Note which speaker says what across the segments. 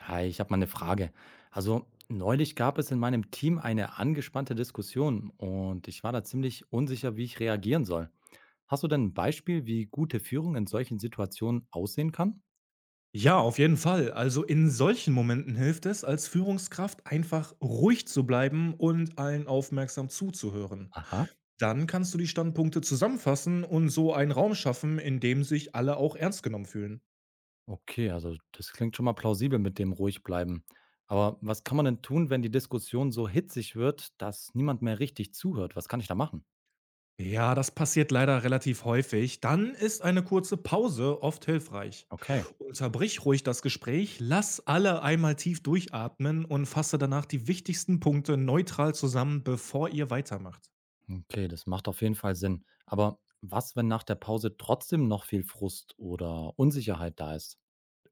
Speaker 1: Hi, ich habe mal eine Frage. Also, neulich gab es in meinem Team eine angespannte Diskussion und ich war da ziemlich unsicher, wie ich reagieren soll. Hast du denn ein Beispiel, wie gute Führung in solchen Situationen aussehen kann?
Speaker 2: Ja, auf jeden Fall. Also in solchen Momenten hilft es, als Führungskraft einfach ruhig zu bleiben und allen aufmerksam zuzuhören.
Speaker 1: Aha,
Speaker 2: Dann kannst du die Standpunkte zusammenfassen und so einen Raum schaffen, in dem sich alle auch ernst genommen fühlen.
Speaker 1: okay, also das klingt schon mal plausibel mit dem ruhig bleiben. Aber was kann man denn tun, wenn die Diskussion so hitzig wird, dass niemand mehr richtig zuhört? Was kann ich da machen?
Speaker 2: Ja, das passiert leider relativ häufig. Dann ist eine kurze Pause oft hilfreich.
Speaker 1: Okay,
Speaker 2: Unterbrich ruhig das Gespräch, lass alle einmal tief durchatmen und fasse danach die wichtigsten Punkte neutral zusammen, bevor ihr weitermacht.
Speaker 1: okay, das macht auf jeden Fall Sinn. Aber was, wenn nach der Pause trotzdem noch viel Frust oder Unsicherheit da ist?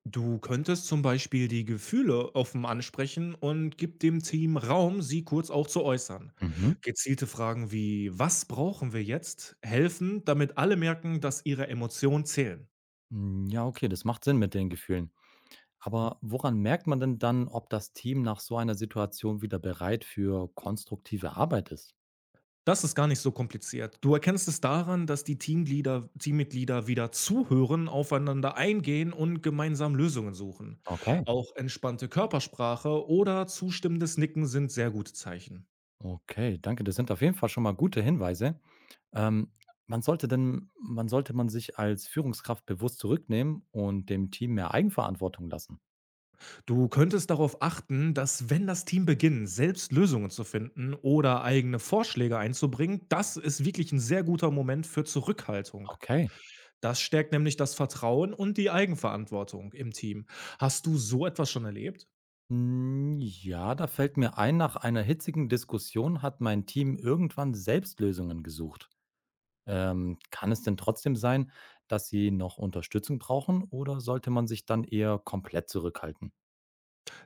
Speaker 2: Du könntest zum Beispiel die Gefühle offen ansprechen und gib dem Team Raum, sie kurz auch zu äußern.
Speaker 1: Mhm.
Speaker 2: Gezielte Fragen wie Was brauchen wir jetzt? Helfen, damit alle merken, dass ihre Emotionen zählen.
Speaker 1: Hm, ja, okay, das macht Sinn mit den Gefühlen. Aber woran merkt man denn dann, ob das Team nach so einer Situation wieder bereit für konstruktive Arbeit ist?
Speaker 2: Das ist gar nicht so kompliziert. Du erkennst es daran, dass die Teammitglieder wieder zuhören, aufeinander eingehen und gemeinsam Lösungen suchen.
Speaker 1: Okay.
Speaker 2: Auch entspannte Körpersprache oder zustimmendes Nicken sind sehr gute Zeichen.
Speaker 1: Okay, danke. Das sind auf jeden Fall schon mal gute Hinweise. Ähm, man sollte man sich als Führungskraft bewusst zurücknehmen und dem Team mehr Eigenverantwortung lassen.
Speaker 2: Du könntest darauf achten, dass wenn das Team beginnt, selbst Lösungen zu finden oder eigene Vorschläge einzubringen, das ist wirklich ein sehr guter Moment für Zurückhaltung.
Speaker 1: Okay.
Speaker 2: Das stärkt nämlich das Vertrauen und die Eigenverantwortung im Team. Hast du so etwas schon erlebt?
Speaker 1: Hm, ja, da fällt mir ein, nach einer hitzigen Diskussion hat mein Team irgendwann selbst Lösungen gesucht. Kann es denn trotzdem sein, dass sie noch Unterstützung brauchen oder sollte man sich dann eher komplett zurückhalten?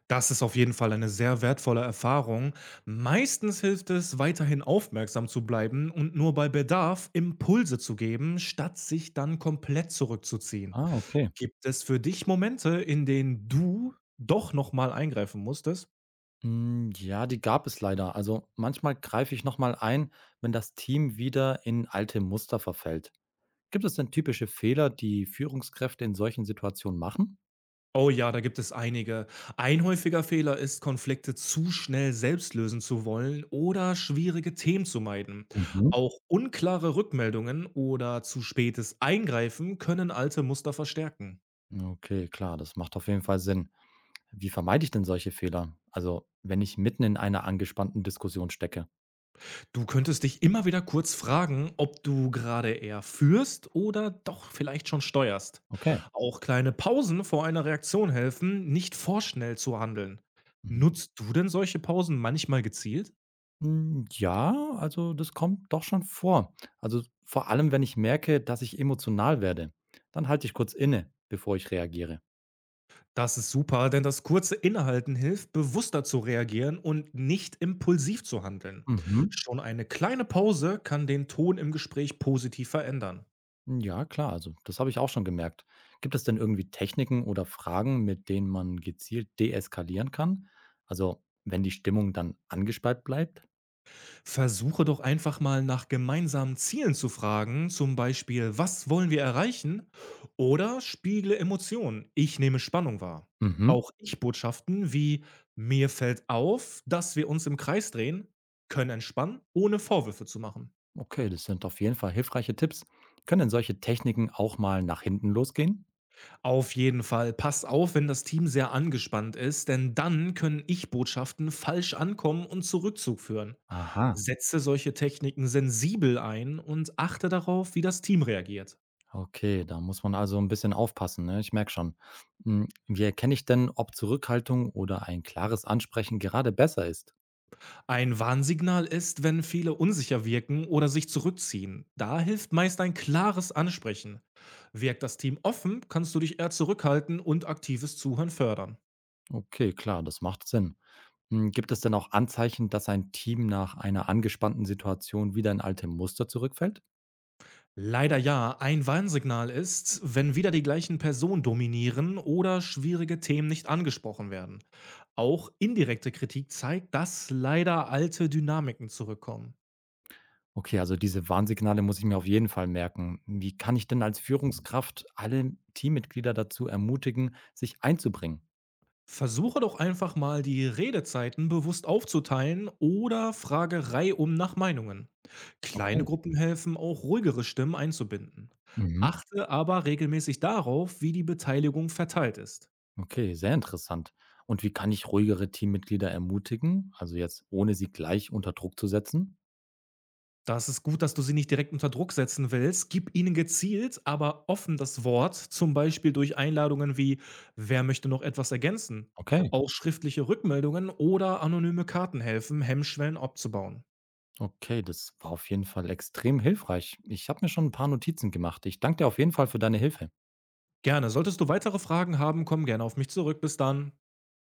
Speaker 2: Das ist auf jeden Fall eine sehr wertvolle Erfahrung. Meistens hilft es, weiterhin aufmerksam zu bleiben und nur bei Bedarf Impulse zu geben, statt sich dann komplett zurückzuziehen.
Speaker 1: Ah, okay.
Speaker 2: Gibt es für dich Momente, in denen du doch noch mal eingreifen musstest?
Speaker 1: Hm, ja, die gab es leider. Also manchmal greife ich nochmal ein, wenn das Team wieder in alte Muster verfällt. Gibt es denn typische Fehler, die Führungskräfte in solchen Situationen machen?
Speaker 2: Oh ja, da gibt es einige. Ein häufiger Fehler ist, Konflikte zu schnell selbst lösen zu wollen oder schwierige Themen zu meiden.
Speaker 1: Mhm.
Speaker 2: Auch unklare Rückmeldungen oder zu spätes Eingreifen können alte Muster verstärken.
Speaker 1: Okay, klar, das macht auf jeden Fall Sinn. Wie vermeide ich denn solche Fehler? Also, wenn ich mitten in einer angespannten Diskussion stecke.
Speaker 2: Du könntest dich immer wieder kurz fragen, ob du gerade eher führst oder doch vielleicht schon steuerst.
Speaker 1: Okay.
Speaker 2: Auch kleine Pausen vor einer Reaktion helfen, nicht vorschnell zu handeln.
Speaker 1: Mhm.
Speaker 2: Nutzt du denn solche Pausen manchmal gezielt?
Speaker 1: Hm, ja, also das kommt doch schon vor. Also vor allem, wenn ich merke, dass ich emotional werde, dann halte ich kurz inne, bevor ich reagiere.
Speaker 2: Das ist super, denn das kurze Innehalten hilft, bewusster zu reagieren und nicht impulsiv zu handeln.
Speaker 1: Mhm.
Speaker 2: Schon eine kleine Pause kann den Ton im Gespräch positiv verändern.
Speaker 1: Ja, klar, also das habe ich auch schon gemerkt. Gibt es denn irgendwie Techniken oder Fragen, mit denen man gezielt deeskalieren kann? Also wenn die Stimmung dann angespannt bleibt?
Speaker 2: Versuche doch einfach mal nach gemeinsamen Zielen zu fragen, zum Beispiel, was wollen wir erreichen? Oder spiegle Emotionen, ich nehme Spannung wahr.
Speaker 1: Mhm.
Speaker 2: Auch Ich-Botschaften wie, mir fällt auf, dass wir uns im Kreis drehen, können entspannen, ohne Vorwürfe zu machen.
Speaker 1: Okay, das sind auf jeden Fall hilfreiche Tipps. Können denn solche Techniken auch mal nach hinten losgehen?
Speaker 2: Auf jeden Fall, passt auf, wenn das Team sehr angespannt ist, denn dann können Ich-Botschaften falsch ankommen und zu Rückzug führen.
Speaker 1: Aha.
Speaker 2: Setze solche Techniken sensibel ein und achte darauf, wie das Team reagiert.
Speaker 1: Okay, da muss man also ein bisschen aufpassen, ne? Ich merke schon. Hm, wie erkenne ich denn, ob Zurückhaltung oder ein klares Ansprechen gerade besser ist?
Speaker 2: Ein Warnsignal ist, wenn viele unsicher wirken oder sich zurückziehen. Da hilft meist ein klares Ansprechen. Wirkt das Team offen, kannst du dich eher zurückhalten und aktives Zuhören fördern.
Speaker 1: Okay, klar, das macht Sinn. Hm, gibt es denn auch Anzeichen, dass ein Team nach einer angespannten Situation wieder in alte Muster zurückfällt?
Speaker 2: Leider ja, ein Warnsignal ist, wenn wieder die gleichen Personen dominieren oder schwierige Themen nicht angesprochen werden. Auch indirekte Kritik zeigt, dass leider alte Dynamiken zurückkommen.
Speaker 1: Okay, also diese Warnsignale muss ich mir auf jeden Fall merken. Wie kann ich denn als Führungskraft alle Teammitglieder dazu ermutigen, sich einzubringen?
Speaker 2: Versuche doch einfach mal die Redezeiten bewusst aufzuteilen oder frage reihum nach Meinungen. Kleine
Speaker 1: Okay.
Speaker 2: Gruppen helfen auch ruhigere Stimmen einzubinden.
Speaker 1: Mhm.
Speaker 2: Achte aber regelmäßig darauf, wie die Beteiligung verteilt ist.
Speaker 1: Okay, sehr interessant. Und wie kann ich ruhigere Teammitglieder ermutigen? Also jetzt ohne sie gleich unter Druck zu setzen?
Speaker 2: Das ist gut, dass du sie nicht direkt unter Druck setzen willst. Gib ihnen gezielt, aber offen das Wort, zum Beispiel durch Einladungen wie Wer möchte noch etwas ergänzen?
Speaker 1: Okay,
Speaker 2: Auch schriftliche Rückmeldungen oder anonyme Karten helfen, Hemmschwellen abzubauen.
Speaker 1: Okay, das war auf jeden Fall extrem hilfreich. Ich habe mir schon ein paar Notizen gemacht. Ich danke dir auf jeden Fall für deine Hilfe.
Speaker 2: Gerne. Solltest du weitere Fragen haben, komm gerne auf mich zurück. Bis dann.